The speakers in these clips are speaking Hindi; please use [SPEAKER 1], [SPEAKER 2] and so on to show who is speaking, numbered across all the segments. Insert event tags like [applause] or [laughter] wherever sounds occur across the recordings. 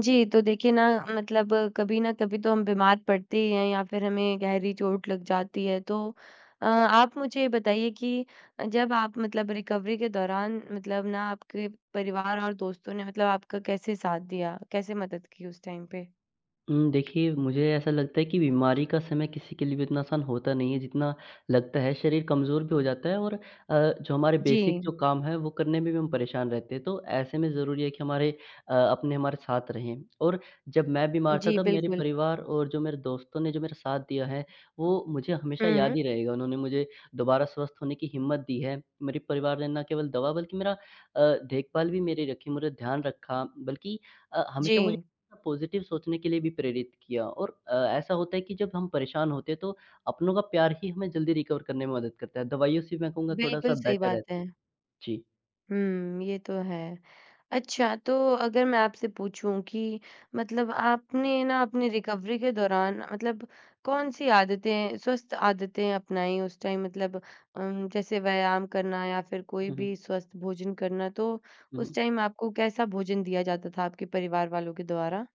[SPEAKER 1] जी, तो देखिए ना। मतलब कभी ना कभी तो हम बीमार पड़ते ही हैं या फिर हमें गहरी चोट लग जाती है। तो आप मुझे ये बताइए कि जब आप मतलब रिकवरी के दौरान मतलब ना आपके परिवार और दोस्तों ने मतलब आपका कैसे साथ दिया? कैसे मदद की उस टाइम पे?
[SPEAKER 2] देखिए मुझे ऐसा लगता है कि बीमारी का समय किसी के लिए भी इतना आसान होता नहीं है जितना लगता है, शरीर कमज़ोर भी हो जाता है और जो हमारे
[SPEAKER 1] जी।
[SPEAKER 2] बेसिक जो काम है वो करने में भी हम परेशान रहते हैं। तो ऐसे में ज़रूरी है कि हमारे अपने हमारे साथ रहें और जब मैं बीमार था
[SPEAKER 1] जी,
[SPEAKER 2] तब मेरे
[SPEAKER 1] बिल्कुल।
[SPEAKER 2] परिवार और जो मेरे दोस्तों ने जो मेरा साथ दिया है वो मुझे हमेशा याद
[SPEAKER 1] हुँ।
[SPEAKER 2] ही रहेगा। उन्होंने मुझे दोबारा स्वस्थ होने की हिम्मत दी है। मेरे परिवार ने ना केवल दवा बल्कि मेरा देखभाल भी मेरी रखी, मेरा ध्यान रखा बल्कि हमेशा
[SPEAKER 1] जी,
[SPEAKER 2] मुझे पॉजिटिव सोचने के लिए भी प्रेरित किया और ऐसा होता है कि जब हम परेशान होते हैं तो अपनों का प्यार ही हमें जल्दी रिकवर करने में मदद करता है। दवाइयों से मैं कहूँगा थोड़ा-सा
[SPEAKER 1] बिल्कुल सही
[SPEAKER 2] बेटर
[SPEAKER 1] बात
[SPEAKER 2] रहता
[SPEAKER 1] है।
[SPEAKER 2] है। जी।
[SPEAKER 1] हुँ, ये तो है। अच्छा, तो अगर मैं आपसे पूछूँ कि मतलब आपने ना अपनी रिकवरी के दौरान मतलब कौन-सी आदतें, स्वस्थ आदतें अपनाई उस टाइम मतलब जैसे व्यायाम करना या फिर कोई
[SPEAKER 2] हुँ,
[SPEAKER 1] भी
[SPEAKER 2] हुँ।
[SPEAKER 1] स्वस्थ भोजन करना, तो
[SPEAKER 2] हुँ,
[SPEAKER 1] उस
[SPEAKER 2] हुँ।
[SPEAKER 1] टाइम आपको कैसा भोजन दिया जाता था आपके परिवार वालों के द्वारा?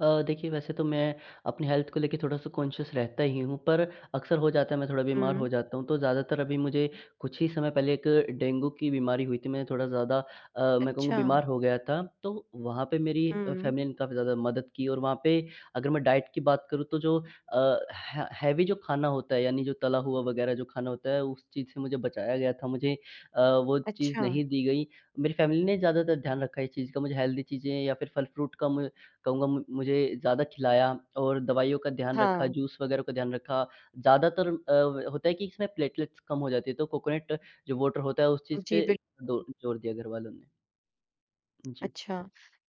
[SPEAKER 2] देखिए वैसे तो मैं अपनी हेल्थ को लेके थोड़ा-सा कॉन्शियस रहता ही हूँ, पर अक्सर हो जाता है मैं थोड़ा बीमार हो
[SPEAKER 1] हुँ,
[SPEAKER 2] जाता हूँ, तो ज़्यादातर अभी मुझे कुछ ही समय पहले एक डेंगू की बीमारी हुई थी, मैं थोड़ा ज़्यादा मैं कहूँगा
[SPEAKER 1] अच्छा।
[SPEAKER 2] बीमार हो गया था, तो वहाँ पे मेरी
[SPEAKER 1] हुँ,
[SPEAKER 2] फैमिली ने काफ़ी ज़्यादा मदद की और वहाँ पे अगर मैं डाइट की बात करूँ तो जो है हैवी जो खाना होता है यानी जो तला हुआ वगैरह जो खाना होता है, उस चीज़ से मुझे बचाया गया था, मुझे अ, वो चीज़
[SPEAKER 1] अच्छा।
[SPEAKER 2] नहीं दी गई। मेरी फैमिली ने ज़्यादातर ध्यान रखा इस चीज़ का, मुझे हेल्दी चीज़ें या फिर फल-फ्रूट का मु कहूँगा मु मुझे ज़्यादा खिलाया और दवाइयों का ध्यान रखा,
[SPEAKER 1] हाँ,
[SPEAKER 2] जूस वगैरह का ध्यान रखा। ज़्यादातर होता है कि इसमें प्लेटलेट्स कम हो जाती है, तो कोकोनट जो वाटर होता है उस चीज़
[SPEAKER 1] जी,
[SPEAKER 2] पे
[SPEAKER 1] बिल्कुल।
[SPEAKER 2] दो जोर दिया घर वालों ने। जी।
[SPEAKER 1] अच्छा,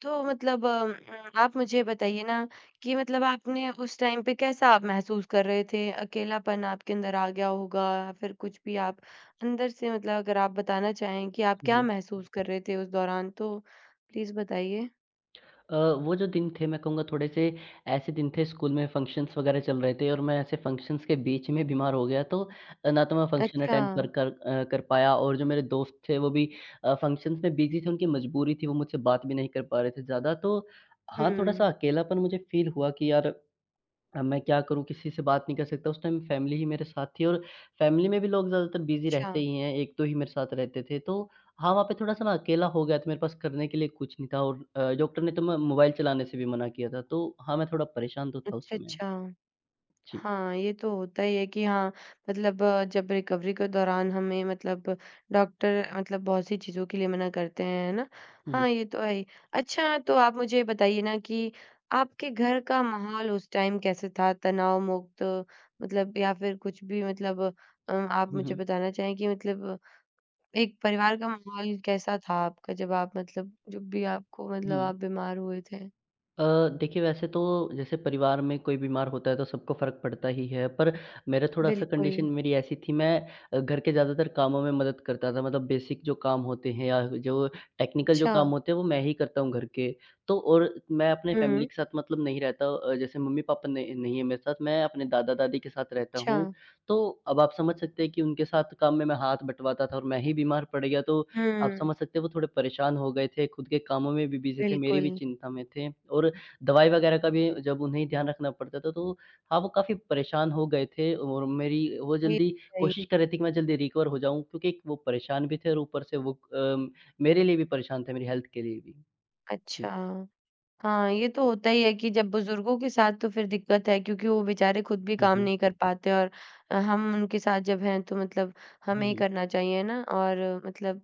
[SPEAKER 1] तो मतलब आप मुझे बताइए ना कि मतलब आपने उस टाइम पे कैसा आप महसूस कर रहे थे? अकेलापन आपके अंदर आ गया होगा या फिर कुछ भी आप अंदर से मतलब अगर आप बताना चाहें कि आप
[SPEAKER 2] हुँ,
[SPEAKER 1] क्या
[SPEAKER 2] हुँ।
[SPEAKER 1] महसूस कर रहे थे उस दौरान तो प्लीज़ बताइए?
[SPEAKER 2] अ, वो जो दिन थे मैं कहूँगा थोड़े से ऐसे दिन थे स्कूल में फ़ंक्शंस वग़ैरह चल रहे थे और मैं ऐसे फ़ंक्शंस के बीच में बीमार हो गया तो ना तो मैं फ़ंक्शन
[SPEAKER 1] अच्छा।
[SPEAKER 2] अटेंड कर कर अ, कर पाया और जो मेरे दोस्त थे वो भी फ़ंक्शंस में बिज़ी थे, उनकी मजबूरी थी, वो मुझसे बात भी नहीं कर पा रहे थे ज़्यादा। तो हाँ,
[SPEAKER 1] हुँ।
[SPEAKER 2] थोड़ा-सा अकेलापन मुझे फ़ील हुआ कि यार अब मैं क्या करूँ, किसी से बात नहीं कर सकता, उस टाइम फैमिली ही मेरे साथ थी और फैमिली में भी लोग ज़्यादातर बिज़ी
[SPEAKER 1] अच्छा।
[SPEAKER 2] रहते ही हैं, 1-2 ही मेरे साथ रहते थे। तो हाँ, वहाँ पे थोड़ा-सा ना अकेला हो गया, तो मेरे पास करने के लिए कुछ नहीं था और डॉक्टर ने तो मैं मोबाइल चलाने से भी मना किया था। तो हाँ, मैं थोड़ा परेशान तो था उस
[SPEAKER 1] अच्छा,
[SPEAKER 2] समय।
[SPEAKER 1] अच्छा।
[SPEAKER 2] जी।
[SPEAKER 1] हाँ, ये तो होता ही है कि हाँ, मतलब जब रिकवरी के दौरान हमें मतलब डॉक्टर मतलब बहुत सी चीज़ों के लिए मना करते हैं, है ना?
[SPEAKER 2] हुँ, हुँ।
[SPEAKER 1] हाँ, ये तो है ही। अच्छा, तो आप मुझे बताइए ना कि आपके घर का माहौल उस टाइम कैसे था? तनाव मुक्त मतलब या फिर कुछ भी मतलब आप
[SPEAKER 2] हुँ,
[SPEAKER 1] मुझे
[SPEAKER 2] हुँ।
[SPEAKER 1] बताना चाहें कि मतलब एक परिवार का माहौल कैसा था आपका जब आप मतलब जब भी आपको मतलब
[SPEAKER 2] हुँ।
[SPEAKER 1] आप बीमार हुए थे?
[SPEAKER 2] अ, देखिए वैसे तो जैसे परिवार में कोई बीमार होता है तो सबको फ़र्क पड़ता ही है, पर मेरा थोड़ा-सा
[SPEAKER 1] बिल्कुल।
[SPEAKER 2] कंडीशन मेरी ऐसी थी मैं घर के ज़्यादातर कामों में मदद करता था मतलब बेसिक जो काम होते हैं या जो टेक्निकल जो
[SPEAKER 1] अच्छा।
[SPEAKER 2] काम होते हैं वो मैं ही करता हूँ घर के। तो और मैं अपने फैमिली
[SPEAKER 1] हुँ,
[SPEAKER 2] के साथ मतलब नहीं रहता जैसे मम्मी-पापा ने नहीं नहीं है मेरे साथ, मैं अपने दादा-दादी के साथ रहता
[SPEAKER 1] अच्छा।
[SPEAKER 2] हूँ। तो अब आप समझ सकते हैं कि उनके साथ काम में मैं हाथ बँटवाता था और मैं ही बीमार पड़ गया तो आप
[SPEAKER 1] हुँ,
[SPEAKER 2] समझ सकते हैं वो थोड़े परेशान हो गए थे, खुद के कामों में भी बिज़ी थे, मेरी भी
[SPEAKER 1] बिल्कुल।
[SPEAKER 2] चिंता में थे और दवाई वगैरह का भी जब उन्हें ध्यान रखना पड़ता था तो हाँ, वो काफ़ी परेशान हो गए थे और मेरी वो
[SPEAKER 1] ये
[SPEAKER 2] जल्दी
[SPEAKER 1] सही
[SPEAKER 2] कोशिश कर रहे थे कि मैं जल्दी रिकवर हो जाऊँ क्योंकि एक वो परेशान भी थे और ऊपर से वो मेरे लिए भी परेशान थे, मेरी हेल्थ के लिए भी। जी।
[SPEAKER 1] अच्छा। हाँ, ये तो होता ही है कि जब बुज़ुर्गों के साथ तो फिर दिक्कत है क्योंकि वो बेचारे खुद भी
[SPEAKER 2] हुँ,
[SPEAKER 1] काम
[SPEAKER 2] हुँ।
[SPEAKER 1] नहीं कर पाते और हम उनके साथ जब हैं तो मतलब
[SPEAKER 2] हुँ,
[SPEAKER 1] हमें ही
[SPEAKER 2] हुँ।
[SPEAKER 1] करना चाहिए ना और मतलब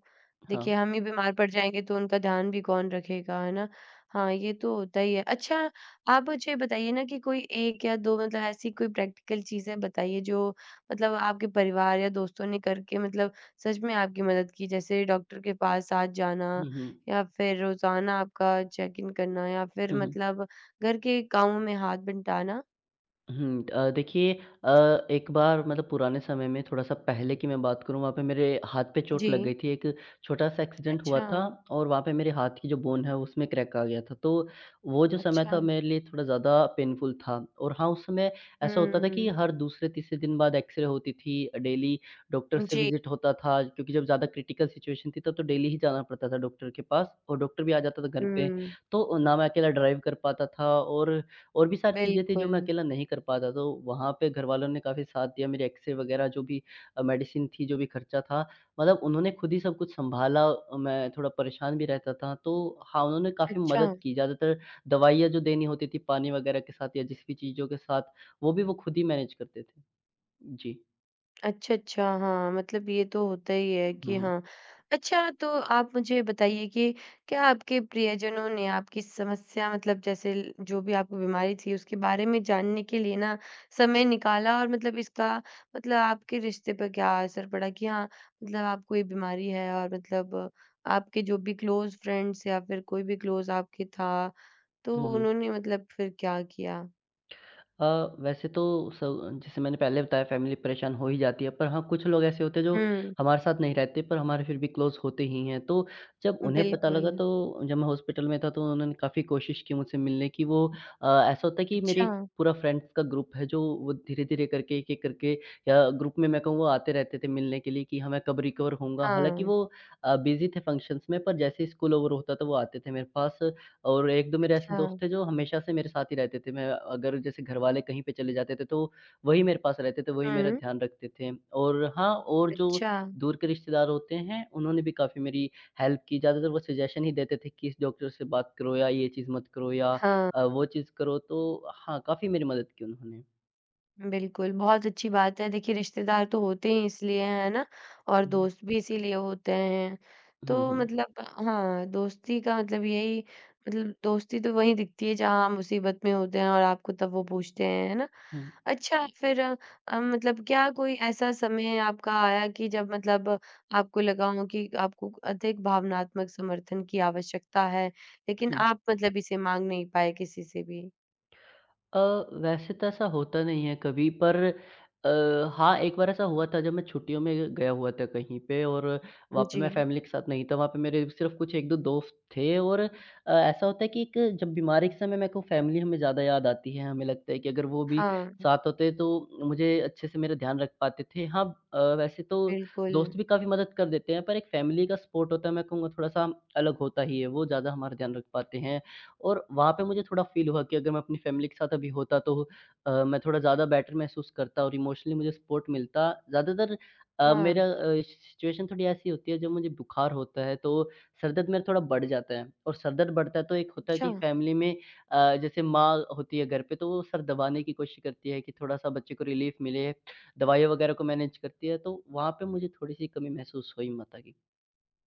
[SPEAKER 2] हाँ।
[SPEAKER 1] देखिए हम ही बीमार पड़ जाएँगे तो उनका ध्यान भी कौन रखेगा, है ना? हाँ, ये तो होता ही है। अच्छा, आप मुझे बताइए ना कि कोई 1 या 2 मतलब ऐसी कोई प्रैक्टिकल चीज़ें बताइए जो मतलब आपके परिवार या दोस्तों ने करके मतलब सच में आपकी मदद की जैसे डॉक्टर के पास साथ जाना
[SPEAKER 2] हुँ, हुँ।
[SPEAKER 1] या फिर रोज़ाना आपका चेक इन करना या फिर
[SPEAKER 2] हुँ, हुँ।
[SPEAKER 1] मतलब घर के कामों में हाथ बंटाना?
[SPEAKER 2] देखिए एक बार मतलब पुराने समय में थोड़ा-सा पहले की मैं बात करूँ, वहाँ पे मेरे हाथ पे चोट
[SPEAKER 1] जी।
[SPEAKER 2] लग गई थी। एक छोटा-सा एक्सीडेंट हुआ
[SPEAKER 1] अच्छा,
[SPEAKER 2] था और वहाँ पे मेरे हाथ की जो बोन है, उसमें क्रैक आ गया था। तो वो जो समय
[SPEAKER 1] अच्छा।
[SPEAKER 2] था, मेरे लिए थोड़ा ज़्यादा पेनफुल था और हाँ, उस समय ऐसा होता था कि
[SPEAKER 1] हुँ।
[SPEAKER 2] हर दूसरे-तीसरे दिन बाद एक्स-रे होती थी डेली, डॉक्टर से
[SPEAKER 1] जी।
[SPEAKER 2] विज़िट होता था क्योंकि जब ज़्यादा क्रिटिकल सिचुएशन थी, तब तो डेली ही जाना पड़ता था डॉक्टर के पास और डॉक्टर भी आ जाता था घर पे।
[SPEAKER 1] हुँ,
[SPEAKER 2] तो ना मैं अकेला ड्राइव कर पाता था और भी सारी चीज़ें थी जो
[SPEAKER 1] बिल्कुल।
[SPEAKER 2] मैं अकेला नहीं कर पाता, तो वहाँ पे घर वालों ने काफ़ी साथ दिया, मेरे एक्स-रे वगैरह जो भी मेडिसिन थी, जो भी खर्चा था, मतलब उन्होंने खुद ही सब कुछ सँभाला। मैं थोड़ा परेशान भी रहता था, तो हाँ, उन्होंने काफ़ी
[SPEAKER 1] अच्छा।
[SPEAKER 2] मदद की। ज़्यादातर दवाइयाँ जो देनी होती थी पानी वगैरह के साथ या जिस भी चीज़ों के साथ, वो भी वो खुद ही मैनेज करते थे। जी।
[SPEAKER 1] अच्छा, अच्छा। हाँ, मतलब ये तो होता ही है
[SPEAKER 2] हुँ,
[SPEAKER 1] कि
[SPEAKER 2] हुँ।
[SPEAKER 1] हाँ। अच्छा तो आप मुझे बताइए कि क्या आपके प्रियजनों ने आपकी समस्या मतलब जैसे ल जो भी आपको बीमारी थी उसके बारे में जानने के लिए ना समय निकाला और मतलब इसका मतलब आपके रिश्ते पर क्या असर पड़ा कि हाँ, मतलब आपको ये बीमारी है और मतलब आपके जो भी क्लोज़ फ्रेंड्स या फिर कोई भी क्लोज़ आपके था, तो
[SPEAKER 2] हुँ, हुँ।
[SPEAKER 1] उन्होंने मतलब फिर क्या किया?
[SPEAKER 2] अ, वैसे तो स जैसे मैंने पहले बताया फैमिली परेशान हो ही जाती है, पर हाँ, कुछ लोग ऐसे होते हैं जो
[SPEAKER 1] हुँ,
[SPEAKER 2] हमारे साथ नहीं रहते पर हमारे फिर भी क्लोज़ होते ही हैं। तो जब उन्हें पता
[SPEAKER 1] बिल्कुल।
[SPEAKER 2] लगा तो जब मैं हॉस्पिटल में था तो उन्होंने काफ़ी कोशिश की मुझसे मिलने की। वो ऐसा होता है कि मेरे
[SPEAKER 1] अच्छा।
[SPEAKER 2] पूरा फ्रेंड्स का ग्रुप है जो वो धीरे-धीरे करके, एक-एक करके या ग्रुप में मैं कहूँ वो आते रहते थे मिलने के लिए कि हाँ, मैं कब रिकवर होऊँगा। हालाँकि
[SPEAKER 1] हाँ,
[SPEAKER 2] वो बिज़ी थे फंक्शंस में पर जैसे ही स्कूल ओवर होता था वो आते थे मेरे पास। और 1-2 मेरे ऐसे
[SPEAKER 1] अच्छा।
[SPEAKER 2] दोस्त थे जो हमेशा से मेरे साथ ही रहते थे। मैं अगर जैसे घरवाले कहीं पे चले जाते थे तो वही मेरे पास रहते थे, वही मेरा
[SPEAKER 1] हुँ।
[SPEAKER 2] ध्यान रखते थे। और हाँ, और जो
[SPEAKER 1] अच्छा,
[SPEAKER 2] दूर के रिश्तेदार होते हैं उन्होंने भी काफ़ी मेरी हेल्प की। ज़्यादातर वो सजेशन ही देते थे कि इस डॉक्टर से बात करो या ये चीज़ मत करो या
[SPEAKER 1] हाँ,
[SPEAKER 2] वो चीज़ करो। तो हाँ, काफ़ी मेरी मदद की उन्होंने।
[SPEAKER 1] बिल्कुल, बहुत अच्छी बात है। देखिए, रिश्तेदार तो होते ही इसलिए हैं, है ना? और
[SPEAKER 2] हुँ।
[SPEAKER 1] दोस्त भी इसीलिए होते हैं। तो
[SPEAKER 2] हुँ, हुँ।
[SPEAKER 1] मतलब हाँ, दोस्ती का मतलब यही मतलब दोस्ती तो वहीं दिखती है जहाँ हम मुसीबत में होते हैं और आपको तब वो पूछते हैं, है ना?
[SPEAKER 2] हुँ।
[SPEAKER 1] अच्छा, फिर मतलब क्या कोई ऐसा समय आपका आया कि जब मतलब आपको लगा हो कि आपको अधिक भावनात्मक समर्थन की आवश्यकता है, लेकिन
[SPEAKER 2] हुँ।
[SPEAKER 1] आप मतलब इसे माँग नहीं पाए किसी से भी?
[SPEAKER 2] अ, वैसे तो ऐसा होता नहीं है कभी पर अ, हाँ, एक बार ऐसा हुआ था जब मैं छुट्टियों में गया हुआ था कहीं पे और वहाँ पे
[SPEAKER 1] जी,
[SPEAKER 2] मैं फ़ैमिली के साथ नहीं था, वहाँ पे मेरे सिर्फ़ कुछ 1-2 दोस्त थे और ऐसा होता है कि एक जब बीमारी के समय मेरे को फ़ैमिली हमें ज़्यादा याद आती है, हमें लगता है कि अगर वो भी
[SPEAKER 1] हाँ।
[SPEAKER 2] साथ होते तो मुझे अच्छे से मेरा ध्यान रख पाते थे। हाँ। वैसे तो
[SPEAKER 1] बिल्कुल,
[SPEAKER 2] दोस्त भी काफ़ी मदद कर देते हैं पर एक फ़ैमिली का सपोर्ट होता है मैं कहूँगा थोड़ा-सा अलग होता ही है, वो ज़्यादा हमारा ध्यान रख पाते हैं। और वहाँ पे मुझे थोड़ा फ़ील हुआ कि अगर मैं अपनी फ़ैमिली के साथ अभी होता तो मैं थोड़ा ज़्यादा बेटर महसूस करता और इमोशनली मुझे सपोर्ट मिलता। ज़्यादातर अ,
[SPEAKER 1] हाँ,
[SPEAKER 2] मेरा अ, सिचुएशन थोड़ी ऐसी होती है जब मुझे बुखार होता है तो सर दर्द मेरा थोड़ा बढ़ जाता है और सर दर्द बढ़ता है तो एक होता है कि
[SPEAKER 1] अच्छा।
[SPEAKER 2] फ़ैमिली में जैसे माँ होती है घर पे तो वो सर दबाने की कोशिश करती है कि थोड़ा-सा बच्चे को रिलीफ़ मिले, दवाइयाँ वगैरह को मैनेज करती है तो वहाँ पे मुझे थोड़ी-सी कमी महसूस हुई माता की।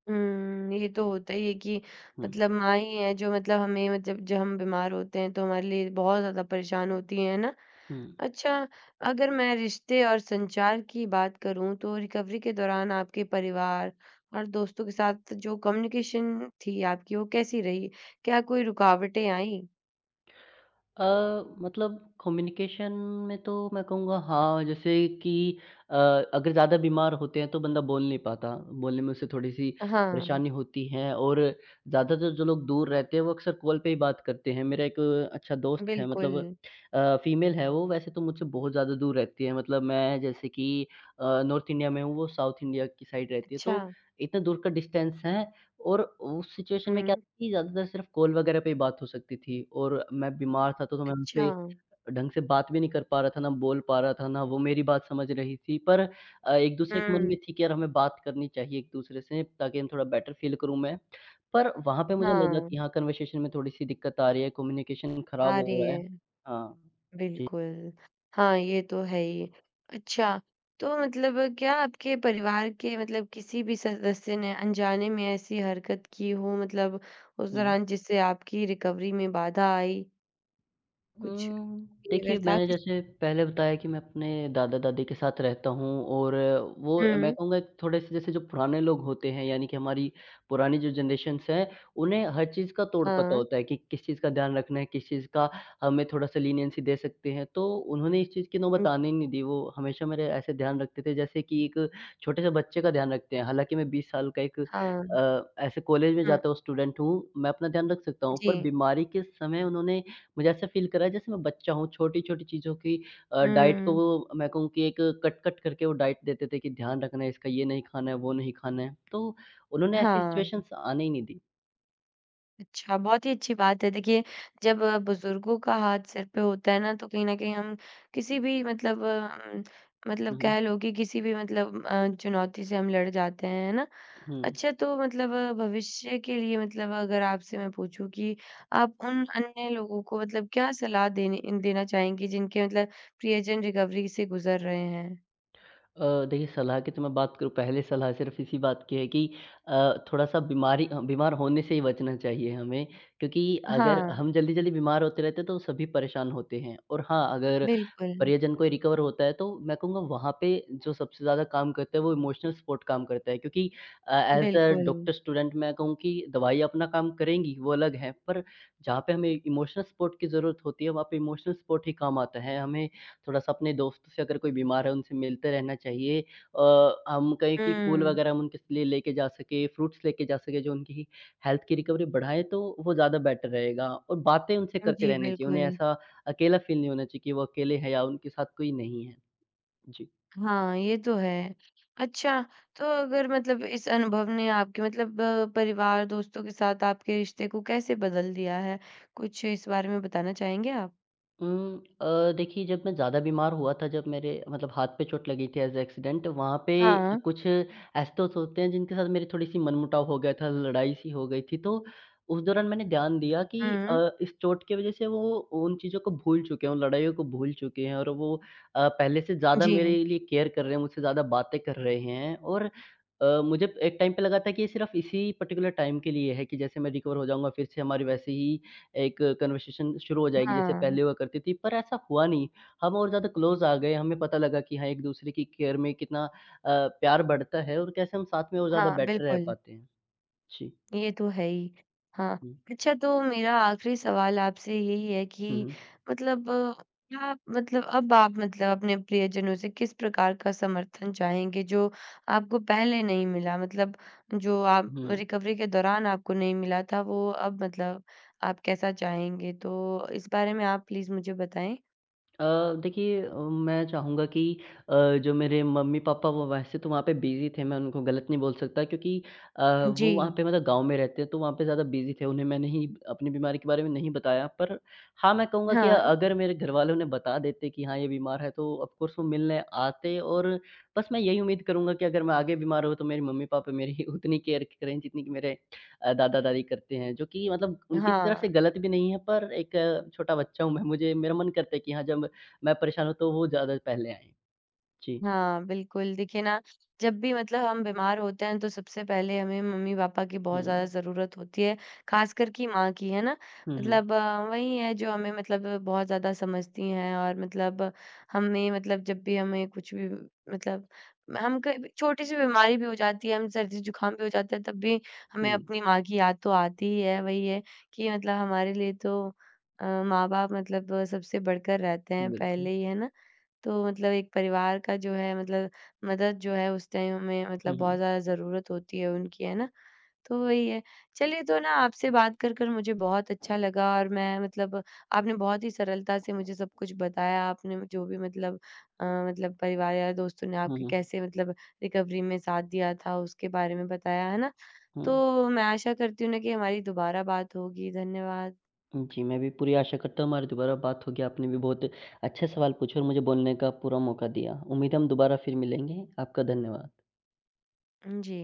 [SPEAKER 1] हुँ, ये तो होता ही है कि
[SPEAKER 2] हुँ,
[SPEAKER 1] मतलब माँ ही हैं जो मतलब हमें मतलब जब हम बीमार होते हैं तो हमारे लिए बहुत ज़्यादा परेशान होती हैं, है ना?
[SPEAKER 2] हुँ।
[SPEAKER 1] अच्छा, अगर मैं रिश्ते और संचार की बात करूँ तो रिकवरी के दौरान आपके परिवार और दोस्तों के साथ जो कम्युनिकेशन थी आपकी वो कैसी रही? क्या कोई रुकावटें आईं?
[SPEAKER 2] अ, मतलब कम्युनिकेशन में तो मैं कहूँगा हाँ, जैसे कि अ, अगर ज़्यादा बीमार होते हैं तो बंदा बोल नहीं पाता, बोलने में उसे थोड़ी-सी
[SPEAKER 1] हाँ,
[SPEAKER 2] परेशानी होती है और ज़्यादातर जो लोग दूर रहते हैं वो अक्सर कॉल पे ही बात करते हैं। मेरा एक अच्छा दोस्त है
[SPEAKER 1] बिल्कुल।
[SPEAKER 2] मतलब फीमेल है वो वैसे तो मुझसे बहुत ज़्यादा दूर रहती है मतलब मैं जैसे कि नॉर्थ इंडिया में हूँ, वो साउथ इंडिया की साइड रहती है
[SPEAKER 1] अच्छा,
[SPEAKER 2] तो इतना दूर का डिस्टेंस है और उस सिचुएशन में क्या
[SPEAKER 1] हुँ,
[SPEAKER 2] जी, ज़्यादातर सिर्फ़ कॉल वगैरह पे ही बात हो सकती थी और मैं बीमार था तो मैं
[SPEAKER 1] अच्छा,
[SPEAKER 2] उनसे ढंग से बात भी नहीं कर पा रहा था, ना बोल पा रहा था, ना वो मेरी बात समझ रही थी। पर एक-दूसरे के मन
[SPEAKER 1] हुँ,
[SPEAKER 2] में थी कि यार हमें बात करनी चाहिए एक-दूसरे से ताकि हम थोड़ा बेटर फ़ील करूँ मैं। पर वहाँ पे मुझे लगा
[SPEAKER 1] हाँ,
[SPEAKER 2] कि हाँ, कन्वर्सेशन में थोड़ी-सी दिक्कत आ रही है, कम्युनिकेशन खराब
[SPEAKER 1] आ
[SPEAKER 2] हो
[SPEAKER 1] रही
[SPEAKER 2] रहा है।
[SPEAKER 1] है।
[SPEAKER 2] हाँ। जी।
[SPEAKER 1] बिल्कुल। हाँ, ये तो है ही। अच्छा, तो मतलब क्या आपके परिवार के मतलब किसी भी सदस्य ने अनजाने में ऐसी हरकत की हो मतलब उस
[SPEAKER 2] हुँ।
[SPEAKER 1] दौरान जिससे आपकी रिकवरी में बाधा आई? कुछ
[SPEAKER 2] हुँ, देखिए
[SPEAKER 1] बिहेवियर था
[SPEAKER 2] मैंने
[SPEAKER 1] किसी
[SPEAKER 2] जैसे
[SPEAKER 1] का?
[SPEAKER 2] पहले बताया कि मैं अपने दादा-दादी के साथ रहता हूँ और वो मैं
[SPEAKER 1] हुँ,
[SPEAKER 2] कहूँगा थोड़े-से जैसे जो पुराने लोग होते हैं यानी कि हमारी पुरानी जो जनरेशन्स हैं, उन्हें हर चीज़ का तोड़ पता
[SPEAKER 1] हाँ।
[SPEAKER 2] होता है कि किस चीज़ का ध्यान रखना है, किस चीज़ का हमें थोड़ा-सा लीनियंसी दे सकते हैं। तो उन्होंने इस चीज़ की नौबत
[SPEAKER 1] हुँ,
[SPEAKER 2] आने ही नहीं दी, वो हमेशा मेरे ऐसे ध्यान रखते थे जैसे कि एक छोटे-से बच्चे का ध्यान रखते हैं। हालाँकि मैं 20 साल का एक
[SPEAKER 1] हाँ।
[SPEAKER 2] ऐसे कॉलेज में
[SPEAKER 1] हुँ,
[SPEAKER 2] जाता हुआ स्टूडेंट हूँ, मैं अपना ध्यान रख सकता हूँ,
[SPEAKER 1] जी।
[SPEAKER 2] पर बीमारी के समय उन्होंने मुझे ऐसा फ़ील करा है जैसे मैं बच्चा हूँ, छोटी-छोटी चीज़ों की डाइट को
[SPEAKER 1] हुँ,
[SPEAKER 2] वो मैं कहूँ कि एक कट-कट करके वो डाइट देते थे कि ध्यान रखना है, इसका ये नहीं खाना है, वो नहीं खाना है। तो उन्होंने ऐसी
[SPEAKER 1] हाँ।
[SPEAKER 2] सिचुएशंस आने ही नहीं दी।
[SPEAKER 1] अच्छा, बहुत ही अच्छी बात है। देखिए, जब बुज़ुर्गों का हाथ सिर पे होता है ना, तो कहीं न कहीं हम किसी भी मतलब
[SPEAKER 2] हुँ,
[SPEAKER 1] मतलब
[SPEAKER 2] हुँ।
[SPEAKER 1] कह लो कि किसी भी मतलब चुनौती से हम लड़ जाते हैं, है ना?
[SPEAKER 2] हुँ।
[SPEAKER 1] अच्छा तो मतलब भविष्य के लिए मतलब अगर आपसे मैं पूछूँ कि आप उन अन्य लोगों को मतलब क्या सलाह देने देना चाहेंगी जिनके मतलब प्रियजन रिकवरी से गुज़र रहे हैं?
[SPEAKER 2] देखिए सलाह की तो मैं बात करूँ पहले सलाह सिर्फ़ इसी बात की है कि थोड़ा-सा बीमार होने से ही बचना चाहिए हमें क्योंकि अगर
[SPEAKER 1] हाँ,
[SPEAKER 2] हम जल्दी-जल्दी बीमार होते रहते हैं तो सभी परेशान होते हैं और हाँ, अगर
[SPEAKER 1] बिल्कुल,
[SPEAKER 2] परिजन कोई रिकवर होता है तो मैं कहूँगा वहाँ पे जो सबसे ज़्यादा काम करता है वो इमोशनल सपोर्ट काम करता है क्योंकि एज़ अ
[SPEAKER 1] बिल्कुल।
[SPEAKER 2] डॉक्टर स्टूडेंट मैं कहूँ कि दवाई अपना काम करेंगी वो अलग है पर जहाँ पे हमें इमोशनल सपोर्ट की ज़रूरत होती है वहाँ पे इमोशनल सपोर्ट ही काम आता है। हमें थोड़ा-सा अपने दोस्त से अगर कोई बीमार है उनसे मिलते रहना चाहिए। हम कहें कि फूल
[SPEAKER 1] हुँ।
[SPEAKER 2] वगैरह हम उनके लिए लेके जा सकें, फ्रूट्स लेके जा सकें जो उनकी हेल्थ की रिकवरी बढ़ाएँ तो वो ज़्यादा बेटर रहेगा और बातें उनसे करते
[SPEAKER 1] जी,
[SPEAKER 2] रहनी चाहिए। उन्हें
[SPEAKER 1] बिल्कुल।
[SPEAKER 2] ऐसा अकेला फ़ील नहीं होना चाहिए कि वो अकेले हैं या उनके साथ कोई नहीं है। जी।
[SPEAKER 1] हाँ, ये तो है। अच्छा, तो अगर मतलब इस अनुभव ने आपके मतलब परिवार, दोस्तों के साथ आपके रिश्ते को कैसे बदल दिया है? कुछ इस बारे में बताना चाहेंगे आप?
[SPEAKER 2] देखिए जब मैं ज़्यादा बीमार हुआ था जब मेरे मतलब हाथ पे चोट लगी थी एज़ अ एक्सीडेंट वहाँ पे
[SPEAKER 1] हाँ।
[SPEAKER 2] कुछ ऐसे दोस्त होते हैं जिनके साथ मेरी थोड़ी-सी मनमुटाव हो गया था, लड़ाई-सी हो गई थी। तो उस दौरान मैंने ध्यान दिया कि
[SPEAKER 1] हुँ।
[SPEAKER 2] इस चोट की वज़ह से वो उन चीज़ों को भूल चुके हैं, उन लड़ाइयों को भूल चुके हैं और वो पहले से ज़्यादा
[SPEAKER 1] जी।
[SPEAKER 2] मेरे लिए केयर कर रहे हैं, मुझसे ज़्यादा बातें कर रहे हैं और मुझे एक टाइम पे लगा था कि ये सिर्फ़ इसी पर्टिकुलर टाइम के लिए है कि जैसे मैं रिकवर हो जाऊँगा फिर से हमारी वैसे ही एक कन्वर्सेशन शुरू हो जाएगी, जैसे
[SPEAKER 1] हाँ।
[SPEAKER 2] पहले हुआ करती थी, पर ऐसा हुआ नहीं। हम और ज़्यादा क्लोज़ आ गए, हमें पता लगा कि हाँ, एक-दूसरे की केयर में कितना प्यार बढ़ता है और कैसे हम साथ में और ज़्यादा
[SPEAKER 1] हाँ,
[SPEAKER 2] बेटर रह
[SPEAKER 1] बिल्कुल।
[SPEAKER 2] पाते हैं। जी।
[SPEAKER 1] ये तो है ही। हाँ,
[SPEAKER 2] हुँ।
[SPEAKER 1] अच्छा तो मेरा आखिरी सवाल आपसे यही है
[SPEAKER 2] हुँ,
[SPEAKER 1] कि
[SPEAKER 2] हुँ।
[SPEAKER 1] मतलब क्या मतलब अब आप मतलब अपने प्रियजनों से किस प्रकार का समर्थन चाहेंगे जो आपको पहले नहीं मिला? मतलब जो आप
[SPEAKER 2] हुँ।
[SPEAKER 1] रिकवरी के दौरान आपको नहीं मिला था वो अब मतलब आप कैसा चाहेंगे? तो इस बारे में आप प्लीज़ मुझे बताएँ।
[SPEAKER 2] अ, देखिए मैं चाहूँगा कि अ, जो मेरे मम्मी-पापा वो वैसे तो वहाँ पे बिज़ी थे, मैं उनको गलत नहीं बोल सकता क्योंकि अ, वो वहाँ
[SPEAKER 1] जी।
[SPEAKER 2] पे मतलब गाँव में रहते हैं, तो वहाँ पे ज़्यादा बिज़ी थे। उन्हें मैंने ही अपनी बीमारी के बारे में नहीं बताया, पर हाँ, मैं कहूँगा कि
[SPEAKER 1] हाँ,
[SPEAKER 2] अगर मेरे घरवालों ने बता देते कि हाँ, ये बीमार है, तो ऑफ़ कोर्स वो मिलने आते और बस मैं यही उम्मीद करूँगा कि अगर मैं आगे बीमार हुआ, तो मेरे मम्मी-पापा मेरी [laughs] उतनी केयर करें जितनी कि मेरे दादा-दादी करते हैं। जो कि मतलब उनकी तरफ से
[SPEAKER 1] हाँ।
[SPEAKER 2] गलत भी नहीं है, पर एक छोटा बच्चा हूँ मैं, मुझे मेरा मन करता है कि हाँ, जब मैं परेशान हूँ तो वो ज़्यादा पहले आएँ। जी।
[SPEAKER 1] हाँ, बिल्कुल। देखिए ना, जब भी मतलब हम बीमार होते हैं तो सबसे पहले हमें मम्मी-पापा की बहुत ज़्यादा
[SPEAKER 2] हुँ।
[SPEAKER 1] ज़रूरत होती है, ख़ासकर कि माँ की, है ना?
[SPEAKER 2] हुँ, हुँ।
[SPEAKER 1] मतलब वही है जो हमें मतलब बहुत ज़्यादा समझती हैं और मतलब हमें मतलब जब भी हमें कुछ भी मतलब हम कभी छोटी-सी बीमारी भी हो जाती है, हम सर्दी-जुकाम भी हो जाता है, तब भी
[SPEAKER 2] हुँ।
[SPEAKER 1] हमें अपनी माँ की याद तो आती ही है। वही है कि मतलब हमारे लिए तो माँ-बाप मतलब सबसे बढ़कर रहते हैं
[SPEAKER 2] बिल्कुल।
[SPEAKER 1] पहले ही, है ना? तो मतलब एक परिवार का जो है मतलब मदद जो है उस टाइम हमें
[SPEAKER 2] हुँ,
[SPEAKER 1] मतलब बहुत
[SPEAKER 2] हुँ।
[SPEAKER 1] ज़्यादा ज़रूरत होती है उनकी, है ना? तो वही है। चलिए तो ना आपसे बात कर मुझे बहुत अच्छा लगा और मैं मतलब आपने बहुत ही सरलता से मुझे सब कुछ बताया। आपने जो भी मतलब मतलब परिवार या दोस्तों ने
[SPEAKER 2] हुँ,
[SPEAKER 1] आपके
[SPEAKER 2] हुँ।
[SPEAKER 1] कैसे मतलब रिकवरी में साथ दिया था, उसके बारे में बताया, है ना?
[SPEAKER 2] हुँ।
[SPEAKER 1] तो मैं आशा करती हूँ ना कि हमारी दोबारा बात होगी। धन्यवाद।
[SPEAKER 2] जी, मैं भी पूरी आशा करता हूँ हमारी दोबारा बात होगी। आपने भी बहुत अच्छे सवाल पूछे और मुझे बोलने का पूरा मौका दिया। उम्मीद है हम दोबारा फिर मिलेंगे। आपका धन्यवाद।
[SPEAKER 1] जी।